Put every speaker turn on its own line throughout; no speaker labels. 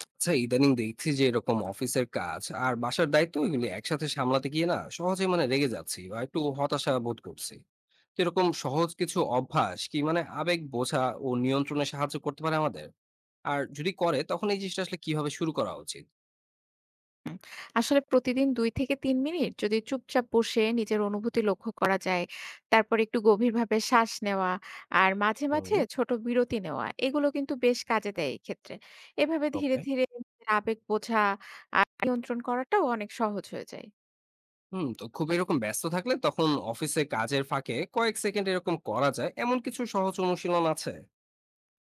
আচ্ছা, ইদানিং দেখছি যে এরকম অফিসের কাজ আর বাসার দায়িত্ব এগুলি একসাথে সামলাতে গিয়ে না সহজে রেগে যাচ্ছি বা একটু হতাশা বোধ করছি। তো এরকম সহজ কিছু অভ্যাস কি আবেগ বোঝা ও নিয়ন্ত্রণে সাহায্য করতে পারে আমাদের? আর যদি করে তখন এই জিনিসটা আসলে কিভাবে শুরু করা উচিত?
হুম, আসলে প্রতিদিন ২ থেকে ৩ মিনিট যদি চুপচাপ বসে নিজের অনুভূতি লক্ষ্য করা যায়, তারপর একটু গভীরভাবে শ্বাস নেওয়া আর মাঝে, মাঝে
হুম।
ছোট বিরতি নেওয়া এগুলো কিন্তু বেশ কাজে দেয় এই ক্ষেত্রে। এভাবে ধীরে,
ওকে।
ধীরে নিজের আবেগ বোঝা আর নিয়ন্ত্রণ করাটাও অনেক সহজ হয়ে যায়।
হুম, তো খুব এরকম ব্যস্ত থাকলে তখন অফিসে কাজের ফাঁকে কয়েক সেকেন্ড এরকম করা যায় এমন কিছু সহজ অনুশীলন আছে?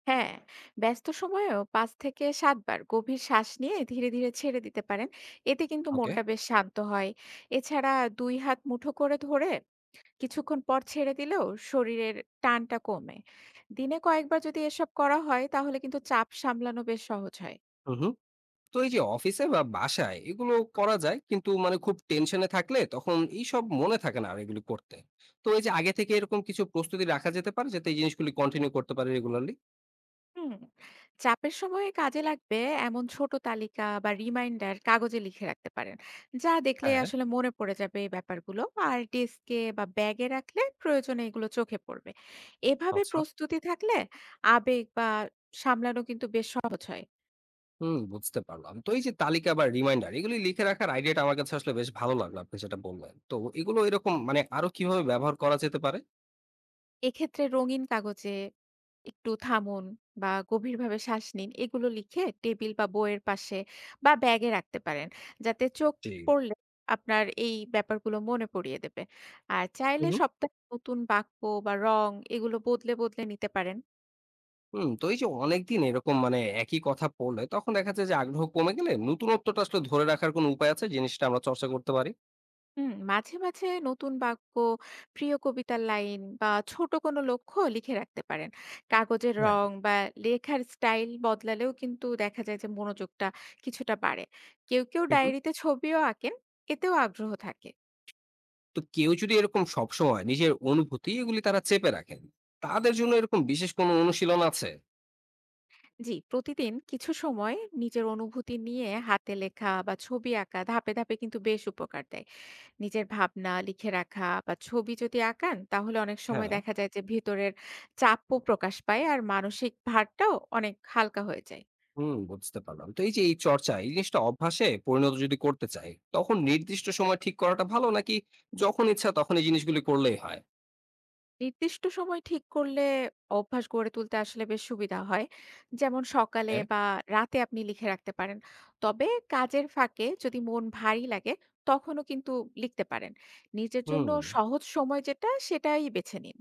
হ্যাঁ, ব্যস্ত সময়েও ৫ থেকে ৭ বার গভীর শ্বাস নিয়ে ধীরে, ধীরে ছেড়ে দিতে পারেন। এতে কিন্তু
ওকে।
মনটা বেশ শান্ত হয়। এছাড়া ২ হাত মুঠো করে ধরে কিছুক্ষণ পর ছেড়ে দিলেও শরীরের টানটা কমে। দিনে কয়েকবার যদি এসব করা হয় তাহলে কিন্তু চাপ সামলানো বেশ সহজ হয়।
হুম হুম তো এই যে অফিসে বা বাসায় এগুলো করা যায়, কিন্তু খুব টেনশনে থাকলে তখন এইসব মনে থাকে না আর এগুলো করতে। তো এই যে আগে থেকে এরকম কিছু প্রস্তুতি রাখা যেতে পারে যাতে এই জিনিসগুলি কন্টিনিউ করতে পারে রেগুলারলি।
হুম। চাপের সময়ে কাজে লাগবে এমন ছোট তালিকা বা রিমাইন্ডার কাগজে লিখে রাখতে পারেন। যা দেখলে
হ্যাঁ।
আসলে মনে পড়ে যাবে এই ব্যাপারগুলো। আর ডেস্কে বা ব্যাগে রাখলে প্রয়োজনে এগুলো চোখে পড়বে। এভাবে
আচ্ছা।
প্রস্তুতি থাকলে আবেগ বা সামলানো কিন্তু বেশ সহজ হয়।
হুম, বুঝতে পারলাম। তো এই যে তালিকা বা রিমাইন্ডার এগুলি লিখে রাখার আইডিয়াটা আমার কাছে আসলে বেশ ভালো লাগলো, আপনি যেটা বললেন। তো এগুলো এরকম আরো কিভাবে ব্যবহার করা যেতে পারে?
এক্ষেত্রে রঙিন কাগজে একটু থামুন বা গভীরভাবে শ্বাস নিন এগুলো লিখে টেবিল বা বইয়ের পাশে বা ব্যাগে রাখতে পারেন, যাতে চোখ
জি।
পড়লে আপনার এই ব্যাপারগুলো মনে পড়িয়ে দেবে। আর চাইলে
হুম
সপ্তাহে নতুন বাক্য বা রং এগুলো বদলে বদলে নিতে পারেন।
হুম তো এই যে অনেকদিন এরকম একই কথা পড়লে তখন দেখা যায় যে আগ্রহ কমে গেলে, নতুনত্বটা আসলে ধরে রাখার কোনো উপায় আছে জিনিসটা আমরা চর্চা করতে পারি?
হুম, মাঝে, মাঝে নতুন বাক্য, প্রিয় কবিতার লাইন বা ছোট কোনো লক্ষ্য লিখে রাখতে পারেন। কাগজের রং বা লেখার স্টাইল বদলালেও কিন্তু দেখা যায় যে মনোযোগটা কিছুটা বাড়ে। কেউ, কেউ
হুম, হুম।
ডায়েরিতে ছবিও আঁকেন, এতেও আগ্রহ থাকে।
তো কেউ যদি এরকম সবসময় নিজের অনুভূতি এগুলি তারা চেপে রাখেন, তাদের জন্য এরকম বিশেষ কোনো অনুশীলন আছে?
জি, প্রতিদিন কিছু সময় নিজের অনুভূতি নিয়ে হাতে লেখা বা ছবি আঁকা ধাপে, ধাপে কিন্তু বেশ উপকার দেয়। নিজের ভাবনা লিখে রাখা বা ছবি যদি আঁকান তাহলে অনেক সময়
হ্যাঁ।
দেখা যায় যে ভেতরের চাপও প্রকাশ পায় আর মানসিক ভারটাও অনেক হালকা হয়ে যায়।
হুম, বুঝতে পারলাম। তো এই যে এই চর্চা, এই জিনিসটা অভ্যাসে পরিণত যদি করতে চাই, তখন নির্দিষ্ট সময় ঠিক করাটা ভালো নাকি যখন ইচ্ছা তখন এই জিনিসগুলি করলেই হয়?
নির্দিষ্ট সময় ঠিক করলে অভ্যাস গড়ে তুলতে আসলে বেশ সুবিধা হয়। যেমন সকালে
ওকে।
বা রাতে আপনি লিখে রাখতে পারেন। তবে কাজের ফাঁকে যদি মন ভারী লাগে তখনও কিন্তু লিখতে পারেন নিজের জন্য।
হুম।
সহজ সময় যেটা সেটাই বেছে নিন।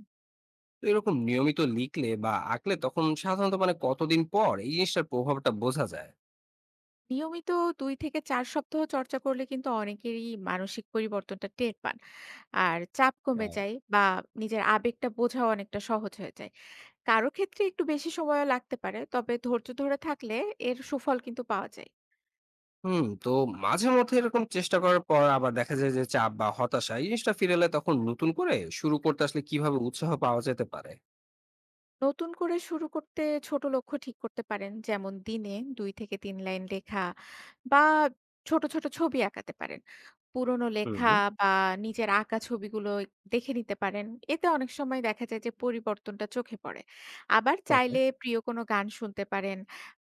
তো এরকম নিয়মিত লিখলে বা আঁকলে তখন সাধারণত কতদিন পর এই জিনিসটার প্রভাবটা বোঝা যায়?
নিয়মিত ২ থেকে ৪ সপ্তাহ চর্চা করলে কিন্তু অনেকেরই মানসিক পরিবর্তনটা টের পান আর চাপ কমে
হ্যাঁ।
যায় বা নিজের আবেগটা বোঝাও অনেকটা সহজ হয়ে যায়। কারো ক্ষেত্রে একটু বেশি সময়ও লাগতে পারে, তবে ধৈর্য ধরে থাকলে এর সুফল কিন্তু পাওয়া যায়।
হুম, তো মাঝে মধ্যে এরকম চেষ্টা করার পর আবার দেখা যায় যে চাপ বা হতাশা এই জিনিসটা ফিরে এলে তখন নতুন করে শুরু করতে আসলে কিভাবে উৎসাহ পাওয়া যেতে পারে?
নতুন করে শুরু করতে ছোট লক্ষ্য ঠিক করতে পারেন। যেমন দিনে ২ থেকে ৩ লাইন লেখা বা ছোট, ছোট ছবি আঁকাতে পারেন। পুরনো
হুম।
লেখা বা নিজের আঁকা ছবিগুলো দেখে নিতে পারেন। এতে অনেক সময় দেখা যায় যে পরিবর্তনটা চোখে পড়ে। আবার
ওকে।
চাইলে প্রিয় কোনো গান শুনতে পারেন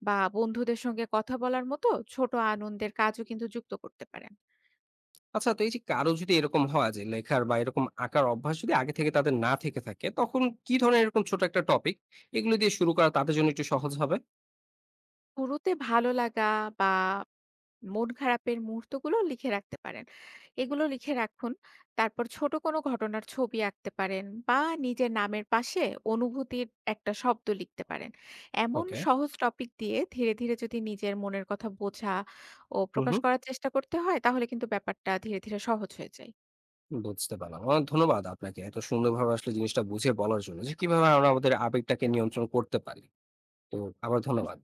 বা বন্ধুদের সঙ্গে কথা বলার মতো ছোট আনন্দের কাজও কিন্তু যুক্ত করতে পারেন।
আচ্ছা, তো এই যে কারো যদি এরকম হয় যে লেখার বা এরকম আঁকার অভ্যাস যদি আগে থেকে তাদের না থেকে থাকে, তখন কি ধরনের এরকম ছোট একটা টপিক এগুলো দিয়ে শুরু করা তাদের জন্য একটু সহজ হবে?
শুরুতে ভালো লাগা বা মন খারাপের মুহূর্তগুলো লিখে রাখতে পারেন। এগুলো লিখে রাখুন। তারপর ছোট কোনো ঘটনার ছবি আঁকতে পারেন বা নিজের নামের পাশে অনুভূতির একটা শব্দ লিখতে পারেন। এমন
ওকে।
সহজ টপিক দিয়ে ধীরে, ধীরে যদি নিজের মনের কথা বোঝা ও
হুম
প্রকাশ
হুম
করার চেষ্টা করতে হয় তাহলে কিন্তু ব্যাপারটা ধীরে, ধীরে সহজ হয়ে যায়।
বুঝতে পারলাম। অনেক ধন্যবাদ আপনাকে এত সুন্দরভাবে আসলে জিনিসটা বুঝিয়ে বলার জন্য যে কিভাবে আমরা আমাদের আবেগটাকে নিয়ন্ত্রণ করতে পারি। তো আবার ধন্যবাদ।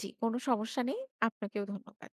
জি, কোনো সমস্যা নেই। আপনাকেও ধন্যবাদ।